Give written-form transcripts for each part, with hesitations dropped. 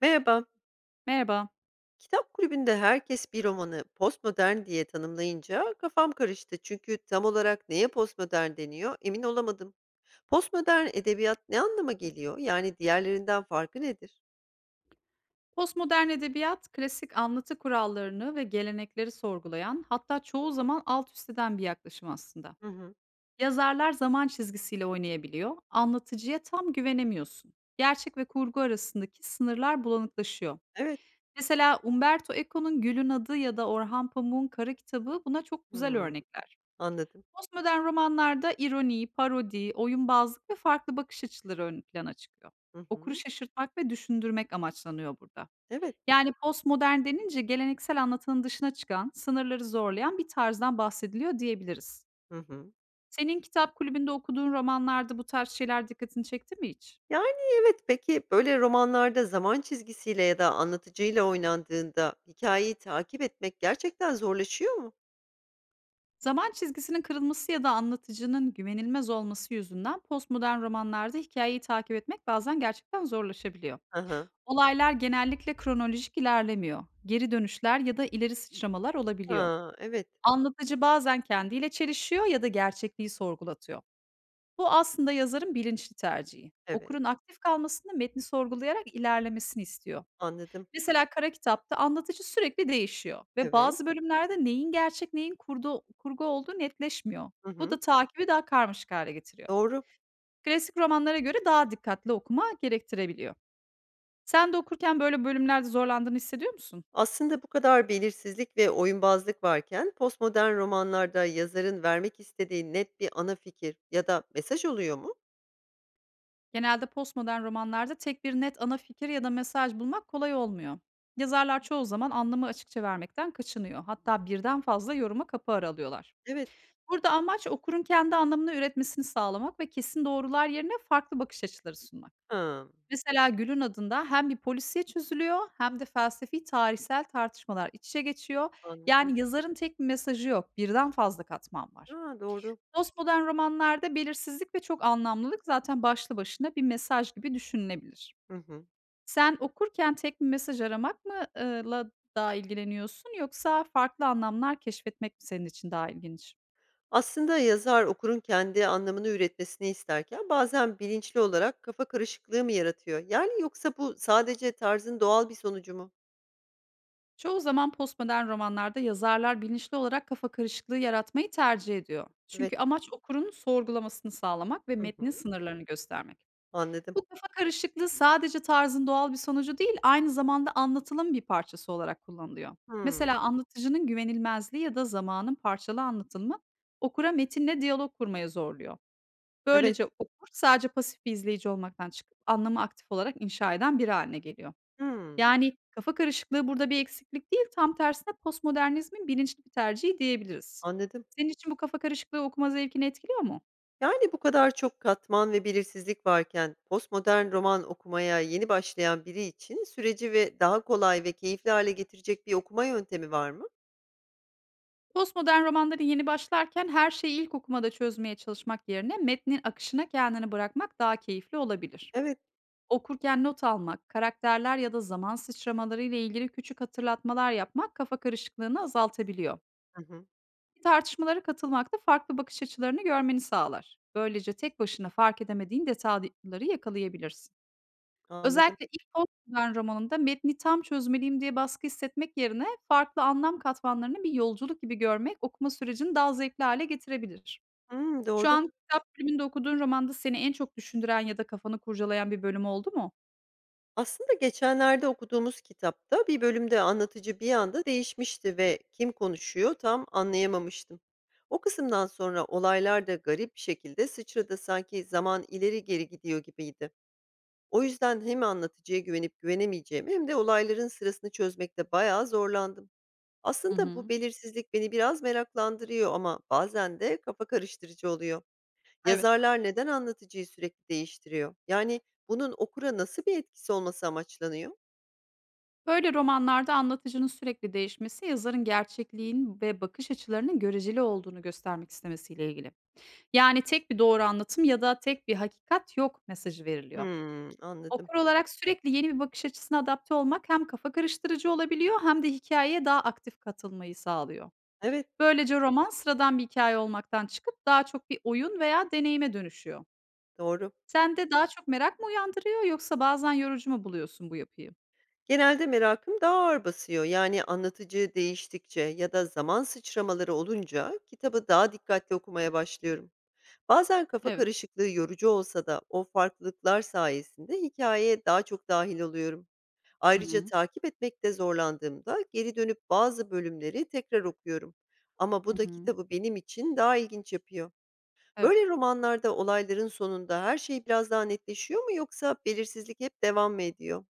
Merhaba. Merhaba. Kitap kulübünde herkes bir romanı postmodern diye tanımlayınca kafam karıştı. Çünkü tam olarak neye postmodern deniyor emin olamadım. Postmodern edebiyat ne anlama geliyor? Yani diğerlerinden farkı nedir? Postmodern edebiyat, klasik anlatı kurallarını ve gelenekleri sorgulayan, hatta çoğu zaman alt üst eden bir yaklaşım aslında. Hı hı. Yazarlar zaman çizgisiyle oynayabiliyor, anlatıcıya tam güvenemiyorsun. Gerçek ve kurgu arasındaki sınırlar bulanıklaşıyor. Evet. Mesela Umberto Eco'nun Gül'ün Adı ya da Orhan Pamuk'un Kara Kitabı buna çok güzel Hmm, örnekler. anladım. Postmodern romanlarda ironi, parodi, oyunbazlık ve farklı bakış açıları ön plana çıkıyor. Hı Okuru hı. şaşırtmak ve düşündürmek amaçlanıyor burada. Evet. Yani, postmodern denince geleneksel anlatının dışına çıkan, sınırları zorlayan bir tarzdan bahsediliyor diyebiliriz. Hı hı. Senin kitap kulübünde okuduğun romanlarda bu tarz şeyler dikkatini çekti mi hiç? Yani evet, peki böyle romanlarda zaman çizgisiyle ya da anlatıcıyla oynandığında hikayeyi takip etmek gerçekten zorlaşıyor mu? Zaman çizgisinin kırılması ya da anlatıcının güvenilmez olması yüzünden postmodern romanlarda hikayeyi takip etmek bazen gerçekten zorlaşabiliyor. Hı. Olaylar genellikle kronolojik ilerlemiyor. Geri dönüşler ya da ileri sıçramalar olabiliyor. Ha, evet. Anlatıcı bazen kendiyle çelişiyor ya da gerçekliği sorgulatıyor. Bu aslında yazarın bilinçli tercihi. Evet. Okurun aktif kalmasını metni sorgulayarak ilerlemesini istiyor. Anladım. Mesela Kara Kitap'ta anlatıcı sürekli değişiyor ve Evet. bazı bölümlerde neyin gerçek neyin kurgu olduğu netleşmiyor. Hı Bu hı. da takibi daha karmaşık hale getiriyor. Doğru. Klasik romanlara göre daha dikkatli okuma gerektirebiliyor. Sen de okurken böyle bölümlerde zorlandığını hissediyor musun? Aslında bu kadar belirsizlik ve oyunbazlık varken postmodern romanlarda yazarın vermek istediği net bir ana fikir ya da mesaj oluyor mu? Genelde postmodern romanlarda tek bir net ana fikir ya da mesaj bulmak kolay olmuyor. Yazarlar çoğu zaman anlamı açıkça vermekten kaçınıyor. Hatta birden fazla yoruma kapı aralıyorlar. Evet. Burada amaç okurun kendi anlamını üretmesini sağlamak ve kesin doğrular yerine farklı bakış açıları sunmak. Ha, Mesela Gül'ün adında hem bir polisiye çözülüyor hem de felsefi tarihsel tartışmalar iç içe geçiyor. anladım. Yani yazarın tek bir mesajı yok, birden fazla katman var. Ha, doğru. Postmodern romanlarda belirsizlik ve çok anlamlılık zaten başlı başına bir mesaj gibi düşünülebilir. Hı hı. Sen okurken tek bir mesaj aramak mı, la daha ilgileniyorsun yoksa farklı anlamlar keşfetmek mi senin için daha ilginç? Aslında yazar okurun kendi anlamını üretmesini isterken bazen bilinçli olarak kafa karışıklığı mı yaratıyor? Yani yoksa bu sadece tarzın doğal bir sonucu mu? Çoğu zaman postmodern romanlarda yazarlar bilinçli olarak kafa karışıklığı yaratmayı tercih ediyor. Evet. Çünkü amaç okurun sorgulamasını sağlamak ve Hı metnin hı. sınırlarını göstermek. Anladım. Bu kafa karışıklığı sadece tarzın doğal bir sonucu değil, aynı zamanda anlatılın bir parçası olarak kullanılıyor. Hmm. Mesela anlatıcının güvenilmezliği ya da zamanın parçalı anlatılımı okura metinle diyalog kurmaya zorluyor. Evet. Böylece okur sadece pasif bir izleyici olmaktan çıkıp anlamı aktif olarak inşa eden biri haline geliyor. Hmm. Yani kafa karışıklığı burada bir eksiklik değil, tam tersine postmodernizmin bilinçli bir tercihi diyebiliriz. Anladım. Senin için bu kafa karışıklığı okuma zevkini etkiliyor mu? Yani, bu kadar çok katman ve belirsizlik varken postmodern roman okumaya yeni başlayan biri için süreci ve daha kolay ve keyifli hale getirecek bir okuma yöntemi var mı? Postmodern romanları yeni başlarken her şeyi ilk okumada çözmeye çalışmak yerine metnin akışına kendini bırakmak daha keyifli olabilir. Evet. Okurken not almak, karakterler ya da zaman sıçramaları ile ilgili küçük hatırlatmalar yapmak kafa karışıklığını azaltabiliyor. Hı hı, Tartışmalara katılmak da farklı bakış açılarını görmeni sağlar. Böylece tek başına fark edemediğin detayları yakalayabilirsin. anladım. Özellikle ilk Postman romanında metni tam çözmeliyim diye baskı hissetmek yerine farklı anlam katmanlarını bir yolculuk gibi görmek okuma sürecini daha zevkli hale getirebilir. Hımm, Şu doğru. an kitap kulübünde okuduğun romanda seni en çok düşündüren ya da kafanı kurcalayan bir bölüm oldu mu? Aslında geçenlerde okuduğumuz kitapta bir bölümde anlatıcı bir anda değişmişti ve kim konuşuyor tam anlayamamıştım. O kısımdan sonra olaylar da garip bir şekilde sıçradı, sanki zaman ileri geri gidiyor gibiydi. O yüzden hem anlatıcıya güvenip güvenemeyeceğim hem de olayların sırasını çözmekte bayağı zorlandım. Hı Aslında bu hı. belirsizlik beni biraz meraklandırıyor ama bazen de kafa karıştırıcı oluyor. Evet. Yazarlar neden anlatıcıyı sürekli değiştiriyor? Yani bunun okura nasıl bir etkisi olması amaçlanıyor? Böyle romanlarda anlatıcının sürekli değişmesi yazarın gerçekliğin ve bakış açılarının göreceli olduğunu göstermek istemesiyle ilgili. Yani tek bir doğru anlatım ya da tek bir hakikat yok mesajı veriliyor. Hmm, anladım. Okur olarak sürekli yeni bir bakış açısına adapte olmak hem kafa karıştırıcı olabiliyor hem de hikayeye daha aktif katılmayı sağlıyor. Evet, Böylece roman sıradan bir hikaye olmaktan çıkıp daha çok bir oyun veya deneyime dönüşüyor. doğru. Sende daha çok merak mı uyandırıyor yoksa bazen yorucu mu buluyorsun bu yapıyı? Genelde merakım daha ağır basıyor. Yani anlatıcı değiştikçe ya da zaman sıçramaları olunca kitabı daha dikkatli okumaya başlıyorum. Bazen kafa Evet. karışıklığı yorucu olsa da o farklılıklar sayesinde hikayeye daha çok dahil oluyorum. Hı Ayrıca hı. takip etmekte zorlandığımda geri dönüp bazı bölümleri tekrar okuyorum. Ama bu Hı da hı. kitabı benim için daha ilginç yapıyor. Evet. Böyle romanlarda olayların sonunda her şey biraz daha netleşiyor mu yoksa belirsizlik hep devam mı ediyor?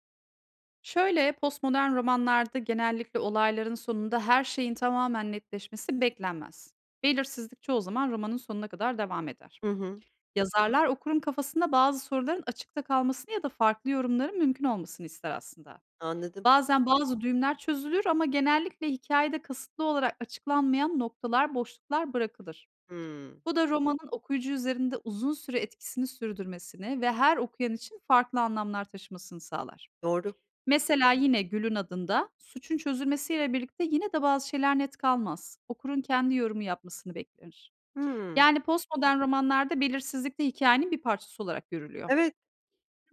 Şöyle, postmodern romanlarda genellikle olayların sonunda her şeyin tamamen netleşmesi beklenmez. Belirsizlik çoğu zaman romanın sonuna kadar devam eder. Hı hı, Yazarlar okurun kafasında bazı soruların açıkta kalmasını ya da farklı yorumların mümkün olmasını ister aslında. anladım. Bazen bazı düğümler çözülür ama genellikle hikayede kasıtlı olarak açıklanmayan noktalar, boşluklar bırakılır. Hmm, Bu da romanın okuyucu üzerinde uzun süre etkisini sürdürmesini ve her okuyan için farklı anlamlar taşımasını sağlar. doğru. Mesela yine Gül'ün adında suçun çözülmesiyle birlikte yine de bazı şeyler net kalmaz. Okurun kendi yorumu yapmasını beklenir. Hmm, Yani, postmodern romanlarda belirsizlik de hikâyenin bir parçası olarak görülüyor. evet.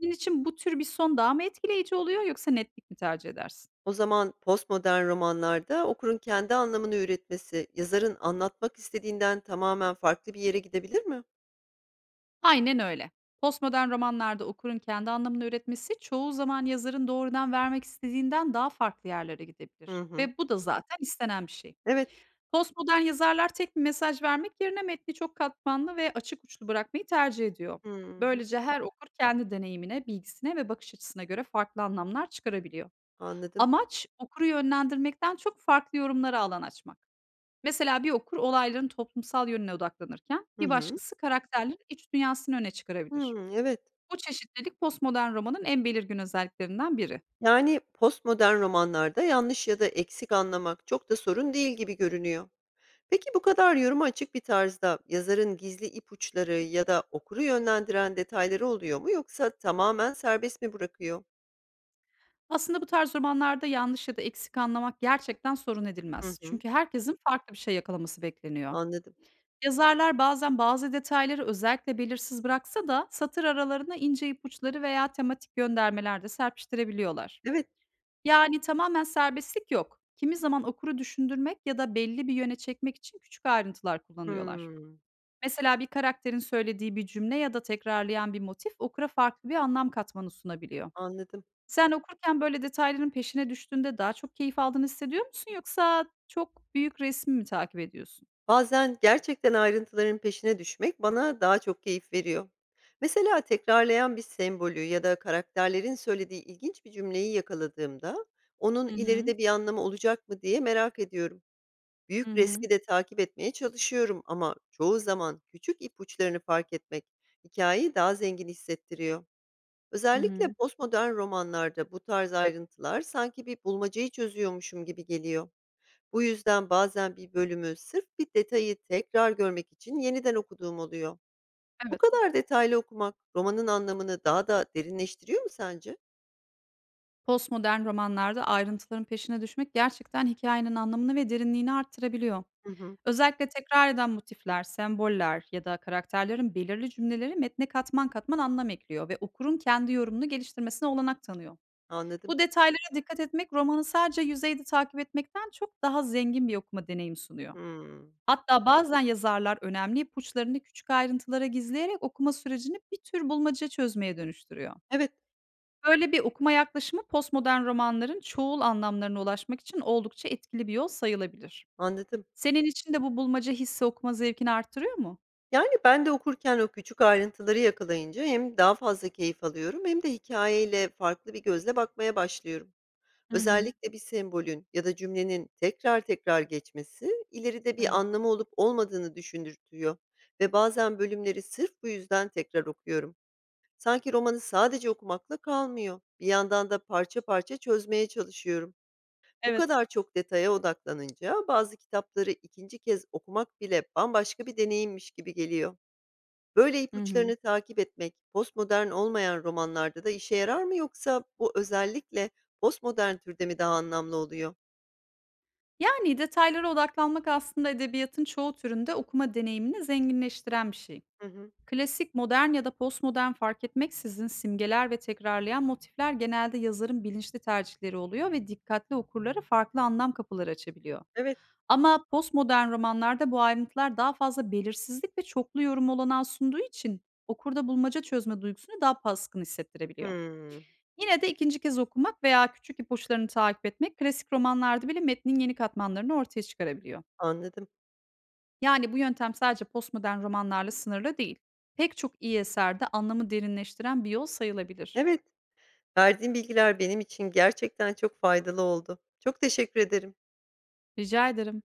Senin için bu tür bir son daha mı etkileyici oluyor yoksa netlik mi tercih edersin? O zaman postmodern romanlarda okurun kendi anlamını üretmesi, yazarın anlatmak istediğinden tamamen farklı bir yere gidebilir mi? Aynen öyle. Postmodern romanlarda okurun kendi anlamını üretmesi çoğu zaman yazarın doğrudan vermek istediğinden daha farklı yerlere Hı gidebilir hı. ve bu da zaten istenen bir şey. Evet. Postmodern yazarlar tek bir mesaj vermek yerine metni çok katmanlı ve açık uçlu bırakmayı tercih ediyor. Hı hı. Böylece her okur kendi deneyimine, bilgisine ve bakış açısına göre farklı anlamlar çıkarabiliyor. Anladım. Amaç okuru yönlendirmekten çok farklı yorumlara alan açmak. Mesela bir okur olayların toplumsal yönüne odaklanırken Hı bir hı. başkası karakterlerin iç dünyasını öne çıkarabilir. Hımm, evet. Bu çeşitlilik postmodern romanın en belirgin özelliklerinden biri. Yani postmodern romanlarda yanlış ya da eksik anlamak çok da sorun değil gibi görünüyor. Peki bu kadar yoruma açık bir tarzda yazarın gizli ipuçları ya da okuru yönlendiren detayları oluyor mu yoksa tamamen serbest mi bırakıyor? Aslında bu tarz romanlarda yanlış ya da eksik anlamak gerçekten sorun Hı edilmez. hı. Çünkü herkesin farklı bir şey yakalaması bekleniyor. Anladım. Yazarlar bazen bazı detayları özellikle belirsiz bıraksa da satır aralarına ince ipuçları veya tematik göndermeler de serpiştirebiliyorlar. Evet. Yani, tamamen serbestlik yok. Kimi zaman okuru düşündürmek ya da belli bir yöne çekmek için küçük ayrıntılar kullanıyorlar. Hımm. Mesela bir karakterin söylediği bir cümle ya da tekrarlayan bir motif okura farklı bir anlam katmanı sunabiliyor. Anladım. Sen okurken böyle detayların peşine düştüğünde daha çok keyif aldığını hissediyor musun yoksa çok büyük resmi mi takip ediyorsun? Bazen gerçekten ayrıntıların peşine düşmek bana daha çok keyif veriyor. Mesela tekrarlayan bir sembolü ya da karakterlerin söylediği ilginç bir cümleyi yakaladığımda onun Hı hı. ileride bir anlamı olacak mı diye merak ediyorum. Hı Büyük hı. resmi de takip etmeye çalışıyorum ama çoğu zaman küçük ipuçlarını fark etmek hikayeyi daha zengin hissettiriyor. Hı Özellikle hı. postmodern romanlarda bu tarz ayrıntılar sanki bir bulmacayı çözüyormuşum gibi geliyor. Bu yüzden bazen bir bölümü sırf bir detayı tekrar görmek için yeniden okuduğum oluyor. Bu Evet. kadar detaylı okumak romanın anlamını daha da derinleştiriyor mu sence? Postmodern romanlarda ayrıntıların peşine düşmek gerçekten hikayenin anlamını ve derinliğini arttırabiliyor. Hı hı, Özellikle tekrar eden motifler, semboller ya da karakterlerin belirli cümleleri metne katman katman anlam ekliyor ve okurun kendi yorumunu geliştirmesine olanak tanıyor. anladım. Bu detaylara dikkat etmek romanı sadece yüzeyde takip etmekten çok daha zengin bir okuma deneyimi sunuyor. Hmm. Hatta bazen yazarlar önemli ipuçlarını küçük ayrıntılara gizleyerek okuma sürecini bir tür bulmaca çözmeye dönüştürüyor. Evet, Böyle bir okuma yaklaşımı postmodern romanların çoğul anlamlarına ulaşmak için oldukça etkili bir yol sayılabilir. anladım. Senin için de bu bulmaca hissi okuma zevkini artırıyor mu? Yani ben de okurken o küçük ayrıntıları yakalayınca hem daha fazla keyif alıyorum hem de hikayeyle farklı bir gözle bakmaya başlıyorum. Hı hı. Özellikle bir sembolün ya da cümlenin tekrar tekrar geçmesi ileride bir Evet. anlamı olup olmadığını düşündürtüyor ve bazen bölümleri sırf bu yüzden tekrar okuyorum. Sanki romanı sadece okumakla kalmıyor. Bir yandan da parça parça çözmeye çalışıyorum. Bu Evet. kadar çok detaya odaklanınca bazı kitapları ikinci kez okumak bile bambaşka bir deneyimmiş gibi geliyor. Böyle Hı hı. ipuçlarını takip etmek postmodern olmayan romanlarda da işe yarar mı yoksa bu özellikle postmodern türde mi daha anlamlı oluyor? Yani detaylara odaklanmak aslında edebiyatın çoğu türünde okuma deneyimini zenginleştiren bir şey. Hı hı. Klasik, modern ya da postmodern fark etmeksizin simgeler ve tekrarlayan motifler genelde yazarın bilinçli tercihleri oluyor ve dikkatli okurlara farklı anlam kapıları açabiliyor. Evet. Ama postmodern romanlarda bu ayrıntılar daha fazla belirsizlik ve çoklu yorum olanağı sunduğu için okurda bulmaca çözme duygusunu daha baskın hissettirebiliyor. Hımm. Yine de ikinci kez okumak veya küçük ipuçlarını takip etmek klasik romanlarda bile metnin yeni katmanlarını ortaya çıkarabiliyor. Anladım. Yani bu yöntem sadece postmodern romanlarla sınırlı değil. Pek çok iyi eserde anlamı derinleştiren bir yol sayılabilir. Evet, verdiğin bilgiler benim için gerçekten çok faydalı oldu. Çok teşekkür ederim. Rica ederim.